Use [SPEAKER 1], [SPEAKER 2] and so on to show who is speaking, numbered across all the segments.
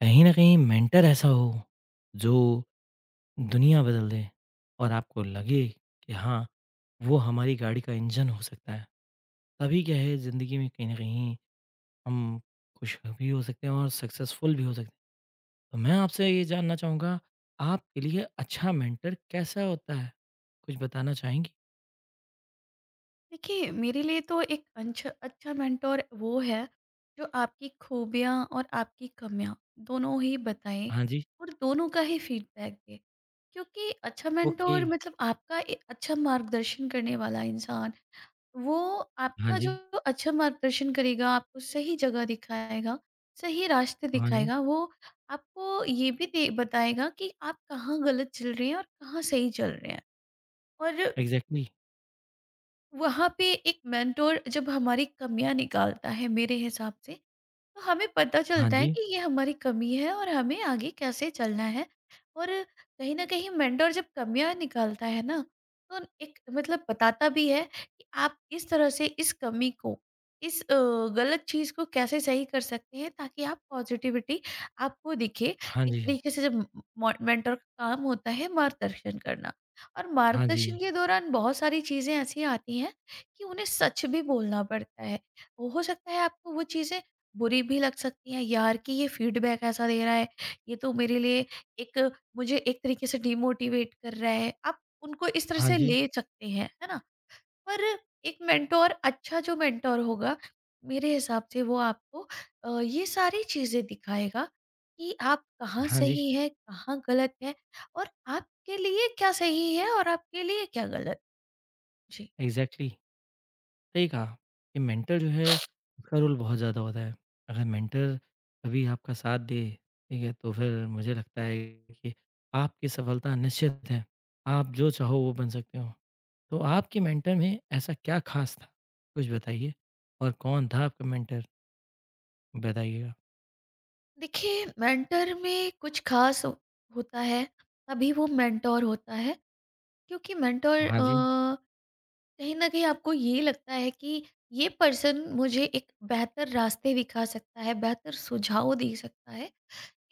[SPEAKER 1] कहीं न कहीं मेंटर ऐसा हो, जो दुनिया बदल दे और आपको लगे कि हाँ, वो हमारी गाड़ी का इंजन हो सकता है। तभी क्या है ज़िंदगी में कहीं न कहीं हम खुश भी हो सकते हैं और सक्सेसफुल भी हो सकते हैं। तो मैं आपसे ये जानना चाहूँगा, आपके लिए अच्छा मेंटर कैसा होता है? कुछ बताना चाहेंगी?
[SPEAKER 2] देखिए, मेरे लिए तो एक अच्छा अच्छा मेंटोर वो है जो आपकी खूबियाँ और आपकी कमियाँ दोनों ही बताए
[SPEAKER 1] हाँ जी,
[SPEAKER 2] और दोनों का ही फीडबैक दे। क्योंकि अच्छा
[SPEAKER 1] ओके।
[SPEAKER 2] मेंटोर मतलब आपका अच्छा मार्गदर्शन करने वाला इंसान। वो
[SPEAKER 1] हाँ
[SPEAKER 2] आपका
[SPEAKER 1] जी,
[SPEAKER 2] जो अच्छा मार्गदर्शन करेगा, आपको सही जगह दिखाएगा, सही रास्ते
[SPEAKER 1] हाँ जी,
[SPEAKER 2] दिखाएगा, वो आपको ये भी बताएगा कि आप कहाँ गलत चल रहे हैं और कहाँ सही चल रहे हैं। और
[SPEAKER 1] एग्ज़ैक्टली।
[SPEAKER 2] वहाँ पे एक मेंटोर जब हमारी कमियां निकालता है मेरे हिसाब से, तो हमें पता
[SPEAKER 1] हाँ
[SPEAKER 2] चलता है
[SPEAKER 1] जी,
[SPEAKER 2] कि ये हमारी कमी है और हमें आगे कैसे चलना है। और कहीं ना कहीं मेंटर जब कमियां निकालता है ना, तो एक मतलब बताता भी है कि आप इस तरह से इस कमी को, इस गलत चीज को कैसे सही कर सकते हैं ताकि आप पॉजिटिविटी आपको दिखे।
[SPEAKER 1] हाँ
[SPEAKER 2] एक
[SPEAKER 1] जी,
[SPEAKER 2] तरीके से जब मेंटर का काम होता है मार्गदर्शन करना, और
[SPEAKER 1] हाँ
[SPEAKER 2] मार्गदर्शन
[SPEAKER 1] जी,
[SPEAKER 2] के दौरान बहुत सारी चीजें ऐसी आती हैं कि उन्हें सच भी बोलना पड़ता है। हो सकता है आपको वो चीजें बुरी भी लग सकती है, यार, कि ये फीडबैक ऐसा दे रहा है, ये तो मेरे लिए एक, मुझे एक तरीके से डिमोटिवेट कर रहा है, आप उनको इस तरह
[SPEAKER 1] हाँ
[SPEAKER 2] से
[SPEAKER 1] जी, हाँ जी,
[SPEAKER 2] ले सकते हैं, है ना। पर एक मेंटोर अच्छा जो मेंटोर होगा मेरे हिसाब से वो आपको ये सारी चीजें दिखाएगा कि आप कहाँ
[SPEAKER 1] हाँ जी,
[SPEAKER 2] सही है कहाँ गलत है। और आपके लिए क्या सही है और आपके लिए क्या गलत। जी।
[SPEAKER 1] एग्ज़ैक्टली। सही कहा कि मेंटर जो है उसका रोल बहुत ज़्यादा होता है। अगर मेंटर कभी आपका साथ दे, ठीक है, तो फिर मुझे लगता है कि आपकी सफलता निश्चित है। आप जो चाहो वो बन सकते हो। तो आपके मेंटर में ऐसा क्या ख़ास था? कुछ बताइए और कौन था आपका मेंटर? बताइएगा।
[SPEAKER 2] देखिए मेंटर में कुछ खास होता है तभी वो मेंटोर होता है। क्योंकि मेंटर
[SPEAKER 1] हाँ जी,
[SPEAKER 2] कहीं न कहीं आपको ये लगता है कि ये पर्सन मुझे एक बेहतर रास्ते दिखा सकता है, बेहतर सुझाव दे सकता है,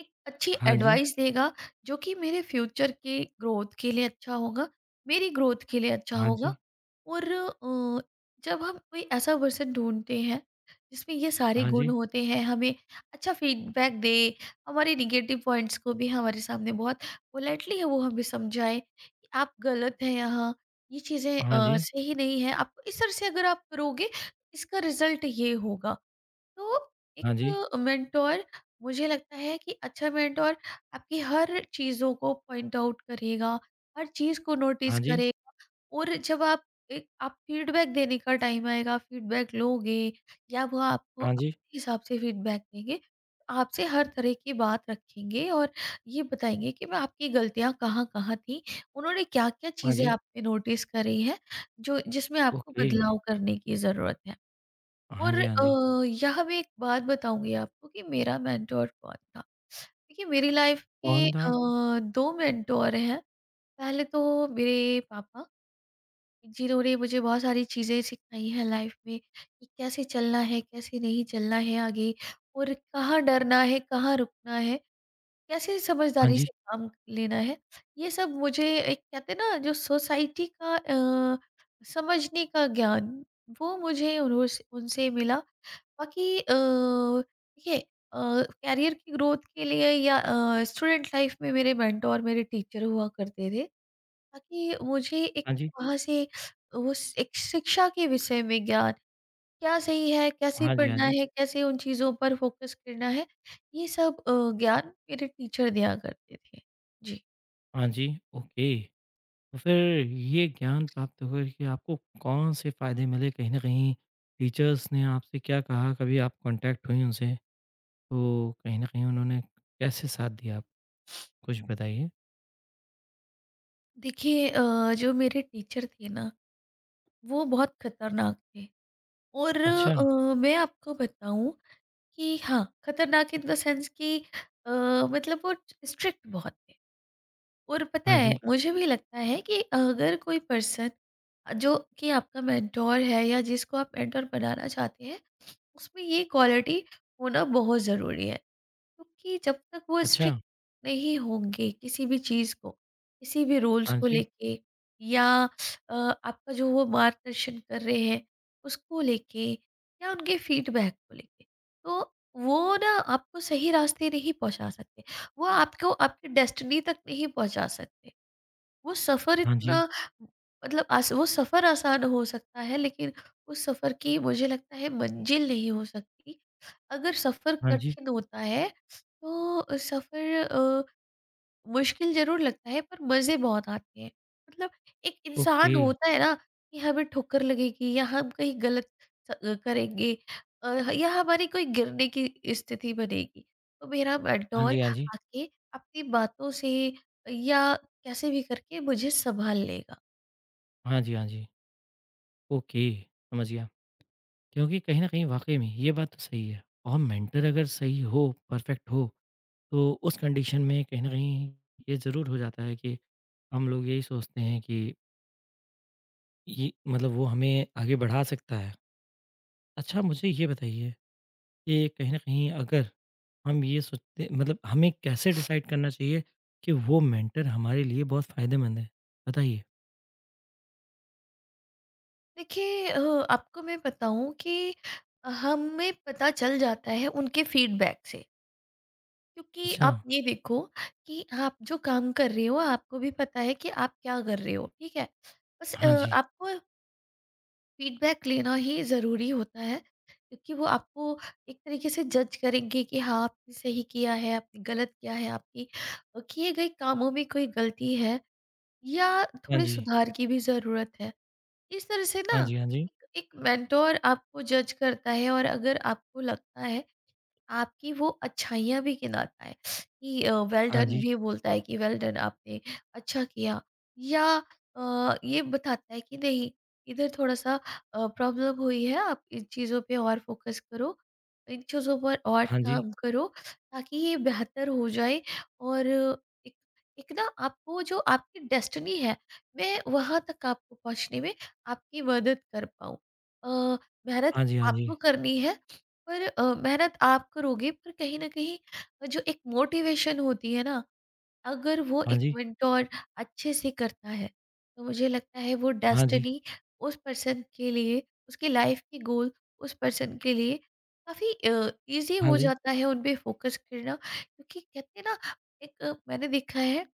[SPEAKER 2] एक अच्छी
[SPEAKER 1] हाँ जी,
[SPEAKER 2] एडवाइस देगा जो कि मेरे फ्यूचर के ग्रोथ के लिए अच्छा होगा, मेरी ग्रोथ के लिए अच्छा
[SPEAKER 1] हाँ
[SPEAKER 2] होगा।
[SPEAKER 1] जी,
[SPEAKER 2] और जब हम कोई ऐसा पर्सन ढूँढते हैं जिसमें ये सारे
[SPEAKER 1] हाँ
[SPEAKER 2] गुण
[SPEAKER 1] जी,
[SPEAKER 2] होते हैं, हमें अच्छा फीडबैक दे, हमारे नेगेटिव पॉइंट्स को भी हमारे सामने बहुत पोलाइटली है वो हमें समझाए कि आप गलत हैं यहाँ, ये चीज़ें
[SPEAKER 1] हाँ
[SPEAKER 2] अ,
[SPEAKER 1] जी,
[SPEAKER 2] सही नहीं है, आपको इस तरह से अगर आप करोगे, इसका रिज़ल्ट ये होगा। तो
[SPEAKER 1] हाँ जी,
[SPEAKER 2] एक मेंटोर, मुझे लगता है कि अच्छा मेंटोर आपकी हर चीज़ों को पॉइंट आउट करेगा, हर चीज़ को नोटिस
[SPEAKER 1] हाँ जी,
[SPEAKER 2] करेगा। और जब आप एक, आप फीडबैक देने का टाइम आएगा, फीडबैक लोगे या वो आपको
[SPEAKER 1] हाँ जी,
[SPEAKER 2] अपने हिसाब से फीडबैक देंगे, आपसे हर तरह की बात रखेंगे और ये बताएँगे कि मैं आपकी गलतियाँ कहाँ-कहाँ थी, उन्होंने क्या-क्या
[SPEAKER 1] हाँ
[SPEAKER 2] चीज़ें
[SPEAKER 1] जी।
[SPEAKER 2] आप पे नोटिस करी हैं, जो जिसमें आपको
[SPEAKER 1] ओके।
[SPEAKER 2] बदलाव करने की ज़रूरत है।
[SPEAKER 1] हाँ
[SPEAKER 2] और
[SPEAKER 1] जी, हाँ जी।
[SPEAKER 2] यह मैं एक बात बताऊँगी आपको कि मेरा मेंटोर कौन था। देखिए मेरी लाइफ के
[SPEAKER 1] कौन था?
[SPEAKER 2] 2 मेंटोर हैं। पहले तो मेरे पापा, जिन्होंने मुझे बहुत सारी चीज़ें सिखाई हैं लाइफ में कि कैसे चलना है, कैसे नहीं चलना है आगे, और कहाँ डरना है, कहाँ रुकना है, कैसे
[SPEAKER 1] हाँ
[SPEAKER 2] समझदारी
[SPEAKER 1] जी,
[SPEAKER 2] से काम लेना है। ये सब मुझे एक, कहते हैं ना, जो सोसाइटी का समझने का ज्ञान, वो मुझे उन्हों से उनसे मिला। बाकी देखिए, कैरियर की ग्रोथ के लिए या स्टूडेंट लाइफ में मेरे मेंटोर मेरे टीचर हुआ करते थे, ताकि मुझे एक
[SPEAKER 1] हाँ जी,
[SPEAKER 2] वहाँ से, वो एक शिक्षा के विषय में ज्ञान, क्या सही है, कैसे
[SPEAKER 1] हाँ जी, हाँ
[SPEAKER 2] पढ़ना
[SPEAKER 1] जी।
[SPEAKER 2] है, कैसे उन चीज़ों पर फोकस करना है, ये सब ज्ञान मेरे टीचर दिया करते थे। जी।
[SPEAKER 1] हाँ जी, ओके। तो फिर ये ज्ञान प्राप्त होकर के आपको कौन से फ़ायदे मिले? कहीं न कहीं टीचर्स ने आपसे क्या कहा? कभी आप कॉन्टैक्ट हुईं उनसे? तो कहीं न कहीं उन्होंने कैसे साथ दिया आप कुछ बताइए?
[SPEAKER 2] देखिए जो मेरे टीचर थे ना, वो बहुत खतरनाक थे। और
[SPEAKER 1] अच्छा,
[SPEAKER 2] मैं आपको बताऊं कि हाँ, खतरनाक इन द सेंस कि अ, मतलब वो स्ट्रिक्ट बहुत है। और पता
[SPEAKER 1] हाँ
[SPEAKER 2] है
[SPEAKER 1] जी।
[SPEAKER 2] मुझे भी लगता है कि अगर कोई पर्सन जो कि आपका मेंटोर है या जिसको आप मेंटोर बनाना चाहते हैं, उसमें ये क्वालिटी होना बहुत ज़रूरी है। क्योंकि जब तक वो
[SPEAKER 1] अच्छा,
[SPEAKER 2] स्ट्रिक्ट नहीं होंगे किसी भी चीज़ को, किसी भी रूल्स
[SPEAKER 1] हाँ
[SPEAKER 2] को
[SPEAKER 1] जी,
[SPEAKER 2] लेके, या आपका जो वो मार्गदर्शन कर रहे हैं उसको लेके, या उनके फीडबैक को लेके, तो वो ना आपको सही रास्ते नहीं पहुँचा सकते। वो आपको आपकी डेस्टिनी तक नहीं पहुँचा सकते। वो सफ़र
[SPEAKER 1] हाँ
[SPEAKER 2] इतना,
[SPEAKER 1] जी,
[SPEAKER 2] मतलब आस वो सफ़र आसान हो सकता है लेकिन उस सफ़र की मुझे लगता है मंजिल नहीं हो सकती। अगर सफ़र
[SPEAKER 1] हाँ जी,
[SPEAKER 2] कठिन होता है तो सफ़र मुश्किल ज़रूर लगता है पर मज़े बहुत आते हैं। मतलब एक इंसान
[SPEAKER 1] ओके।
[SPEAKER 2] होता है ना कि हमें ठोकर लगेगी या हम कहीं गलत करेंगे, या हमारी कोई गिरने की स्थिति बनेगी। तो मेरा
[SPEAKER 1] हाँ
[SPEAKER 2] मेंटर
[SPEAKER 1] जी, हाँ जी,
[SPEAKER 2] आके अपनी बातों से या कैसे भी करके मुझे सँभाल लेगा।
[SPEAKER 1] हाँ जी, हाँ जी, ओके, समझ गया। क्योंकि कहीं न कहीं वाक़ई में ये बात तो सही है और मेंटर अगर सही हो, परफ़ेक्ट हो, तो उस कंडीशन में कहीं न कहीं ये ज़रूर हो जाता है कि हम लोग यही सोचते हैं कि ये मतलब वो हमें आगे बढ़ा सकता है। अच्छा मुझे ये बताइए कि कहीं न कहीं अगर हम ये सोचते मतलब हमें कैसे डिसाइड करना चाहिए कि वो मेंटर हमारे लिए बहुत फ़ायदेमंद है? बताइए।
[SPEAKER 2] देखिए आपको मैं बताऊँ कि हमें पता चल जाता है उनके फीडबैक से। क्योंकि
[SPEAKER 1] अच्छा,
[SPEAKER 2] आप ये देखो कि आप जो काम कर रहे हो आपको भी पता है कि आप क्या कर रहे हो, ठीक है। बस
[SPEAKER 1] हाँ जी,
[SPEAKER 2] आपको फीडबैक लेना ही ज़रूरी होता है क्योंकि वो आपको एक तरीके से जज करेंगे कि हाँ आपने सही किया है आपने गलत किया है, आपकी किए गए कामों में कोई गलती है या
[SPEAKER 1] हाँ
[SPEAKER 2] थोड़े
[SPEAKER 1] जी,
[SPEAKER 2] सुधार की भी ज़रूरत है। इस तरह से
[SPEAKER 1] हाँ
[SPEAKER 2] ना
[SPEAKER 1] जी, हाँ जी,
[SPEAKER 2] एक मेंटोर आपको जज करता है, और अगर आपको लगता है, आपकी वो अच्छाइयाँ भी गिनाता है कि वेल
[SPEAKER 1] हाँ
[SPEAKER 2] डन,
[SPEAKER 1] जी,
[SPEAKER 2] ये बोलता है कि वेल डन आपने अच्छा किया, या ये बताता है कि नहीं, इधर थोड़ा सा प्रॉब्लम हुई है, आप इन चीज़ों पे और फोकस करो, इन चीज़ों पर और
[SPEAKER 1] हाँ जी,
[SPEAKER 2] काम करो ताकि ये बेहतर हो जाए। और एक एक ना, आपको जो आपकी डेस्टिनी है, मैं वहाँ तक आपको पहुँचने में आपकी मदद कर पाऊँ। अ, मेहनत
[SPEAKER 1] हाँ जी, हाँ जी,
[SPEAKER 2] आपको करनी है, पर मेहनत आप करोगे पर कहीं न कहीं, जो एक मोटिवेशन होती है ना, अगर वो
[SPEAKER 1] हाँ
[SPEAKER 2] एक
[SPEAKER 1] जी,
[SPEAKER 2] मेंटर अच्छे से करता है, तो मुझे लगता है वो
[SPEAKER 1] हाँ जी,
[SPEAKER 2] डेस्टिनी उस पर्सन के लिए, उसकी लाइफ़ के गोल उस पर्सन के लिए काफ़ी ईज़ी
[SPEAKER 1] हाँ
[SPEAKER 2] हो
[SPEAKER 1] जी,
[SPEAKER 2] जाता है उन पे फ़ोकस करना। क्योंकि कहते हैं ना, एक मैंने देखा है,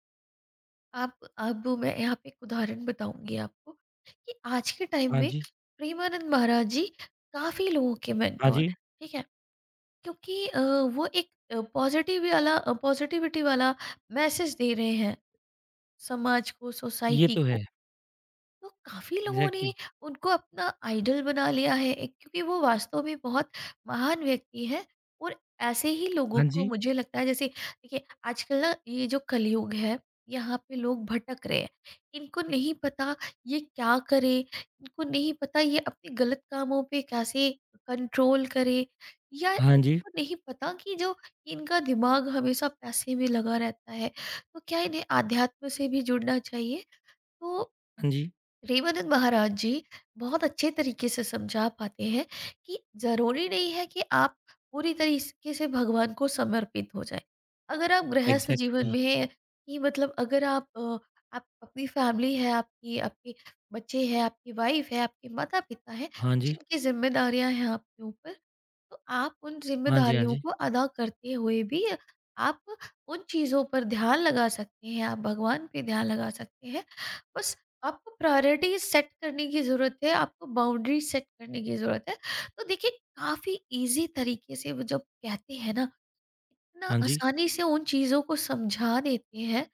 [SPEAKER 2] आप, अब मैं यहाँ पे एक उदाहरण बताऊँगी आपको कि आज के टाइम
[SPEAKER 1] हाँ
[SPEAKER 2] में
[SPEAKER 1] जी,
[SPEAKER 2] प्रेमानंद महाराज जी काफ़ी लोगों के मेंटर
[SPEAKER 1] हाँ
[SPEAKER 2] हैं,
[SPEAKER 1] जी,
[SPEAKER 2] ठीक है? क्योंकि वो एक पॉजिटिविटी वाला मैसेज दे रहे हैं समाज को,
[SPEAKER 1] ये
[SPEAKER 2] सोसाइटी
[SPEAKER 1] तो है।
[SPEAKER 2] को। तो काफी लोगों ने
[SPEAKER 1] एग्ज़ैक्टली।
[SPEAKER 2] उनको अपना आइडल बना लिया है एक, क्योंकि वो वास्तव में बहुत महान व्यक्ति है। और ऐसे ही लोगों
[SPEAKER 1] हाँ
[SPEAKER 2] को
[SPEAKER 1] जी,
[SPEAKER 2] मुझे लगता है जैसे, देखिए, आजकल ना ये जो कलयुग है, यहाँ पे लोग भटक रहे हैं, इनको नहीं पता ये क्या करे, इनको नहीं पता ये अपने गलत कामों पे कैसे कंट्रोल करे, या
[SPEAKER 1] हाँ जी,
[SPEAKER 2] इनको नहीं पता कि जो इनका दिमाग हमेशा पैसे में लगा रहता है, तो क्या इन्हें आध्यात्म से भी जुड़ना चाहिए। तो
[SPEAKER 1] हाँ जी,
[SPEAKER 2] रेवानंद महाराज जी बहुत अच्छे तरीके से समझा पाते हैं कि ज़रूरी नहीं है कि आप पूरी तरीके से भगवान को समर्पित हो जाए। अगर आप गृहस्थ जीवन
[SPEAKER 1] एग्ज़ैक्टली।
[SPEAKER 2] में हैं, कि मतलब अगर आप आप अपनी फैमिली है आपकी, आपके बच्चे हैं, आपकी वाइफ़ है, आपके माता-पिता हैं,
[SPEAKER 1] हाँ जी,
[SPEAKER 2] जिनकी ज़िम्मेदारियाँ हैं आपके ऊपर, तो आप उन
[SPEAKER 1] हाँ जी, हाँ
[SPEAKER 2] ज़िम्मेदारियों
[SPEAKER 1] जी,
[SPEAKER 2] को अदा करते हुए भी आप उन चीज़ों पर ध्यान लगा सकते हैं, आप भगवान पे ध्यान लगा सकते हैं। बस आपको प्रायोरिटी सेट करने की ज़रूरत है, आपको बाउंड्री सेट करने की ज़रूरत है। तो देखिए, काफ़ी ईज़ी तरीके से वो जब कहते हैं ना, इतना
[SPEAKER 1] हाँ जी,
[SPEAKER 2] आसानी से उन चीज़ों को समझा देते हैं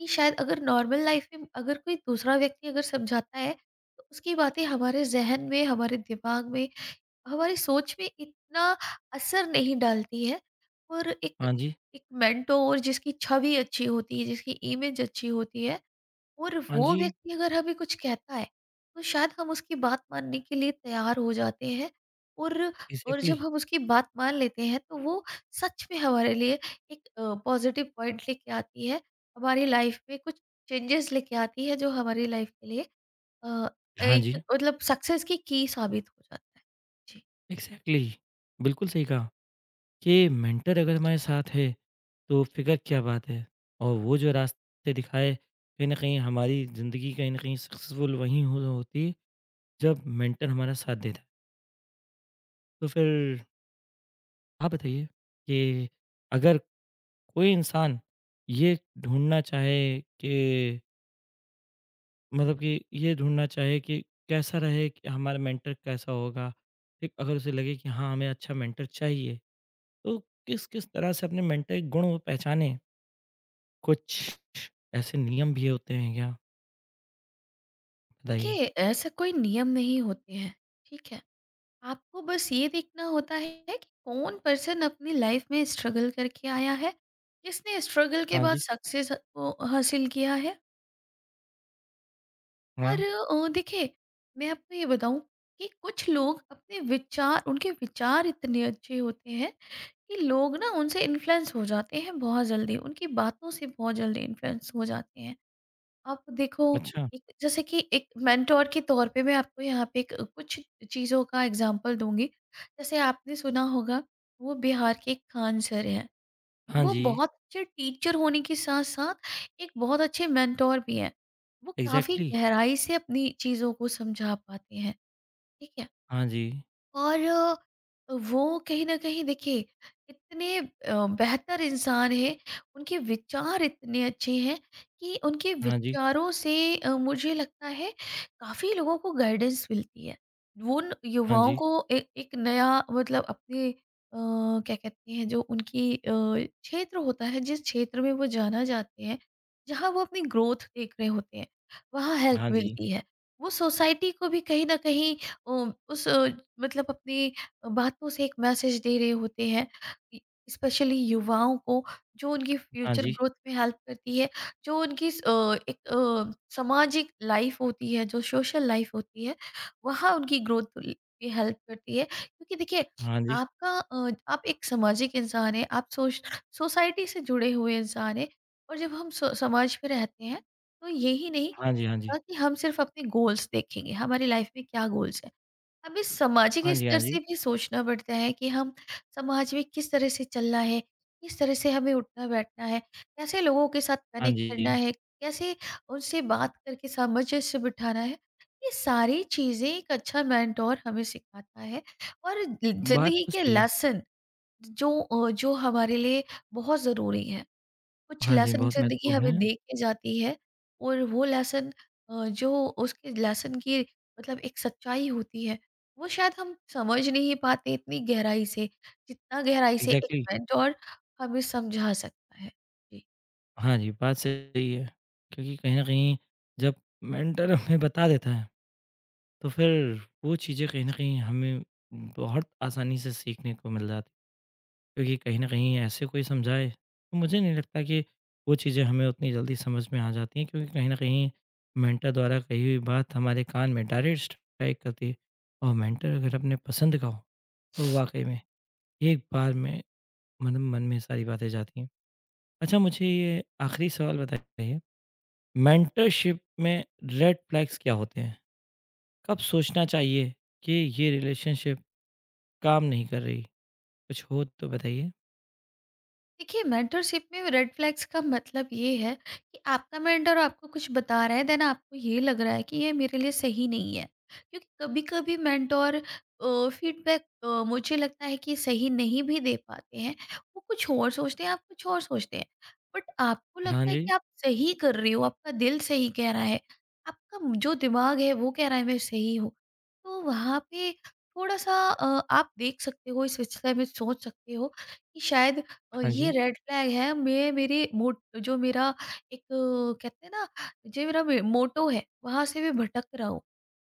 [SPEAKER 2] कि शायद अगर नॉर्मल लाइफ़ में अगर कोई दूसरा व्यक्ति अगर समझाता है, तो उसकी बातें हमारे ज़हन में, हमारे दिमाग में, हमारी सोच में इतना असर नहीं डालती है। और एक
[SPEAKER 1] हाँ जी।
[SPEAKER 2] एक मेंटोर जिसकी छवि अच्छी होती है, जिसकी इमेज अच्छी होती है, और
[SPEAKER 1] हाँ
[SPEAKER 2] वो
[SPEAKER 1] जी,
[SPEAKER 2] व्यक्ति अगर हमें कुछ कहता है, तो शायद हम उसकी बात मानने के लिए तैयार हो जाते हैं। और
[SPEAKER 1] एग्ज़ैक्टली।
[SPEAKER 2] जब हम उसकी बात मान लेते हैं, तो वो सच में हमारे लिए एक पॉजिटिव पॉइंट लेके आती है, हमारी लाइफ में कुछ चेंजेस लेके आती है जो हमारी लाइफ के लिए अ,
[SPEAKER 1] हाँ
[SPEAKER 2] एक,
[SPEAKER 1] जी,
[SPEAKER 2] मतलब सक्सेस की key साबित हो जाता है। जी।
[SPEAKER 1] एग्ज़ैक्टली। बिल्कुल सही कहा कि मेंटर अगर हमारे साथ है, तो फ़िकर क्या बात है। और वो जो रास्ते दिखाए, कहीं न कहीं हमारी ज़िंदगी कहीं न कहीं सक्सेसफुल वहीं हो होती है, जब मेंटर हमारा साथ देता है। तो फिर आप बताइए कि अगर कोई इंसान ये ढूँढना चाहे कि मतलब कि ये ढूँढना चाहे कि कैसा रहे कि हमारा मेंटर कैसा होगा? ठीक, अगर उसे लगे कि हाँ, हमें अच्छा मेंटर चाहिए। तो किस किस तरह से अपने मेंटल गुण वो पहचाने कुछ ऐसे नियम भी होते हैं क्या बताइए?
[SPEAKER 2] देखिए ऐसा कोई नियम नहीं होते हैं, ठीक है। आपको बस ये देखना होता है कि कौन पर्सन अपनी लाइफ में स्ट्रगल करके आया है, किसने स्ट्रगल के
[SPEAKER 1] हाँ
[SPEAKER 2] बाद
[SPEAKER 1] जी,
[SPEAKER 2] सक्सेस को हासिल किया है।
[SPEAKER 1] हाँ,
[SPEAKER 2] और देखिए, मैं आपको ये बताऊं कि कुछ लोग अपने विचार, उनके विचार इतने अच्छे होते हैं कि लोग ना उनसे इन्फ्लुएंस हो जाते हैं बहुत जल्दी, उनकी बातों से बहुत जल्दी इन्फ्लुएंस हो जाते हैं। आप देखो,
[SPEAKER 1] अच्छा,
[SPEAKER 2] एक जैसे कि एक मेंटोर के तौर पे मैं आपको यहाँ पे एक कुछ चीज़ों का एग्जांपल दूँगी। जैसे आपने सुना होगा, वो बिहार के एक खान सर हैं।
[SPEAKER 1] हाँ
[SPEAKER 2] वो
[SPEAKER 1] जी,
[SPEAKER 2] बहुत अच्छे टीचर होने के साथ-साथ एक बहुत अच्छे मेंटोर भी हैं। वो काफ़ी
[SPEAKER 1] एग्ज़ैक्टली,
[SPEAKER 2] गहराई से अपनी चीज़ों को समझा पाते हैं, ठीक है?
[SPEAKER 1] हाँ जी,
[SPEAKER 2] और वो कहीं न कहीं देखिए इतने बेहतर इंसान हैं, उनके विचार इतने अच्छे हैं कि उनके
[SPEAKER 1] हाँ जी,
[SPEAKER 2] विचारों से मुझे लगता है काफ़ी लोगों को गाइडेंस मिलती है। वो उन
[SPEAKER 1] हाँ
[SPEAKER 2] युवाओं
[SPEAKER 1] जी,
[SPEAKER 2] को ए एक नया, मतलब अपने क्या कहते हैं, जो उनकी क्षेत्र होता है जिस क्षेत्र में वो जाना चाहते हैं, जहाँ वो अपनी ग्रोथ देख रहे होते हैं, वहाँ हेल्प
[SPEAKER 1] हाँ जी,
[SPEAKER 2] मिलती है। वो सोसाइटी को भी कहीं न कहीं अ, उस अ, मतलब अपनी बातों से एक मैसेज दे रहे होते हैं, स्पेशली युवाओं को, जो उनकी
[SPEAKER 1] हाँ
[SPEAKER 2] फ्यूचर
[SPEAKER 1] जी,
[SPEAKER 2] ग्रोथ में हेल्प करती है, जो उनकी एक सामाजिक लाइफ होती है, जो सोशल लाइफ होती है, वहाँ उनकी ग्रोथ की हेल्प करती है। क्योंकि देखिए,
[SPEAKER 1] हाँ जी,
[SPEAKER 2] आपका आप एक सामाजिक इंसान है, आप सोश सोसाइटी से जुड़े हुए इंसान है। और जब हम समाज में रहते हैं, तो यही नहीं
[SPEAKER 1] हाँ जी, हाँ
[SPEAKER 2] होता
[SPEAKER 1] जी,
[SPEAKER 2] कि हम सिर्फ अपने गोल्स देखेंगे, हमारी लाइफ में क्या गोल्स है, हमें सामाजिक
[SPEAKER 1] हाँ जी,
[SPEAKER 2] स्तर
[SPEAKER 1] हाँ जी,
[SPEAKER 2] से भी सोचना पड़ता है कि हम समाज में किस तरह से चलना है, किस तरह से हमें उठना बैठना है, कैसे लोगों के साथ
[SPEAKER 1] हाँ
[SPEAKER 2] कनेक्ट करना
[SPEAKER 1] जी,
[SPEAKER 2] है, कैसे उनसे बात करके सामंजस्य बिठाना है। ये सारी चीज़ें एक अच्छा मेंटोर हमें सिखाता है, और
[SPEAKER 1] बात
[SPEAKER 2] ज़िंदगी
[SPEAKER 1] तो
[SPEAKER 2] के
[SPEAKER 1] सही है।
[SPEAKER 2] लेसन जो जो हमारे लिए बहुत ज़रूरी है, कुछ
[SPEAKER 1] हाँ जी,
[SPEAKER 2] लेसन
[SPEAKER 1] बहुत
[SPEAKER 2] ज़िंदगी
[SPEAKER 1] महत्वपूर्ण
[SPEAKER 2] हमें
[SPEAKER 1] है,
[SPEAKER 2] दे के जाती है। और वो लेसन जो उसके लेसन की, मतलब एक सच्चाई होती है, वो शायद हम समझ नहीं पाते इतनी गहराई से, जितना गहराई से एक
[SPEAKER 1] एग्ज़ैक्टली,
[SPEAKER 2] मेंटोर हमें समझा सकता है। जी।
[SPEAKER 1] हाँ जी, बात सही है क्योंकि कहीं न कहीं जब मेंटर हमें बता देता है तो फिर वो चीज़ें कहीं न कहीं हमें बहुत आसानी से सीखने को मिल जाती क्योंकि कहीं न कहीं ऐसे कोई समझाए, तो मुझे नहीं लगता कि वो चीज़ें हमें उतनी जल्दी समझ में आ जाती हैं क्योंकि कहीं न कहीं मेंटर द्वारा कही हुई बात हमारे कान में डायरेक्ट स्ट्राइक करती है और मेंटर अगर अपने पसंद का हो, तो वाक़ई में एक बार में मतलब मन में सारी बातें जाती हैं। अच्छा मुझे ये आखिरी सवाल बताइए, मेंटरशिप में रेड फ्लैग्स क्या होते हैं? कब सोचना चाहिए कि ये रिलेशनशिप काम नहीं कर रही? कुछ हो तो बताइए।
[SPEAKER 2] देखिए मेंटरशिप में रेड फ्लैग्स का मतलब ये है कि आपका मेंटर आपको कुछ बता रहा है, देन आपको ये लग रहा है कि ये मेरे लिए सही नहीं है। क्योंकि कभी कभी मेंटोर फीडबैक, मुझे लगता है कि सही नहीं भी दे पाते हैं। वो कुछ और सोचते हैं, आप कुछ और सोचते हैं, बट आपको
[SPEAKER 1] हाँ
[SPEAKER 2] लगता है कि
[SPEAKER 1] जी,
[SPEAKER 2] आप सही कर रहे हो, आपका दिल सही कह रहा है, आपका जो दिमाग है वो कह रहा है मैं सही हूँ। तो वहाँ पे थोड़ा सा आप देख सकते हो, इस विषय में सोच सकते हो कि शायद
[SPEAKER 1] हाँ
[SPEAKER 2] ये
[SPEAKER 1] जी,
[SPEAKER 2] रेड फ्लैग है। मैं मेरे मोट जो मेरा कहते हैं ना, जो मेरा मोटो है वहां से मैं भटक रहा हूँ,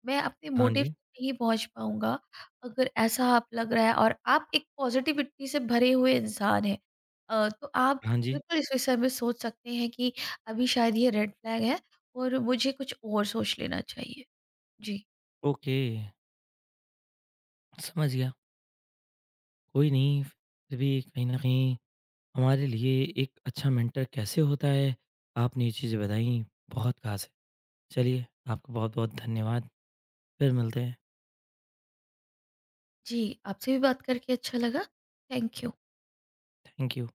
[SPEAKER 2] मैं अपने
[SPEAKER 1] हाँ
[SPEAKER 2] मोटिव तक
[SPEAKER 1] जी,
[SPEAKER 2] नहीं पहुंच पाऊंगा। अगर ऐसा आप लग रहा है और आप एक पॉजिटिविटी से भरे हुए इंसान हैं, तो आप
[SPEAKER 1] हाँ जी।
[SPEAKER 2] बिल्कुल इस विषय में सोच सकते हैं कि अभी शायद ये रेड फ्लैग है और मुझे कुछ और सोच लेना चाहिए। जी।
[SPEAKER 1] ओके, समझ गया। कोई नहीं, फिर भी कहीं न कहीं हमारे लिए एक अच्छा मेंटर कैसे होता है, आपने ये चीज़ें बताईं, बहुत ख़ास है। चलिए, आपका बहुत-बहुत धन्यवाद। फिर मिलते हैं।
[SPEAKER 2] जी आपसे भी बात करके अच्छा लगा। Thank you.
[SPEAKER 1] Thank you.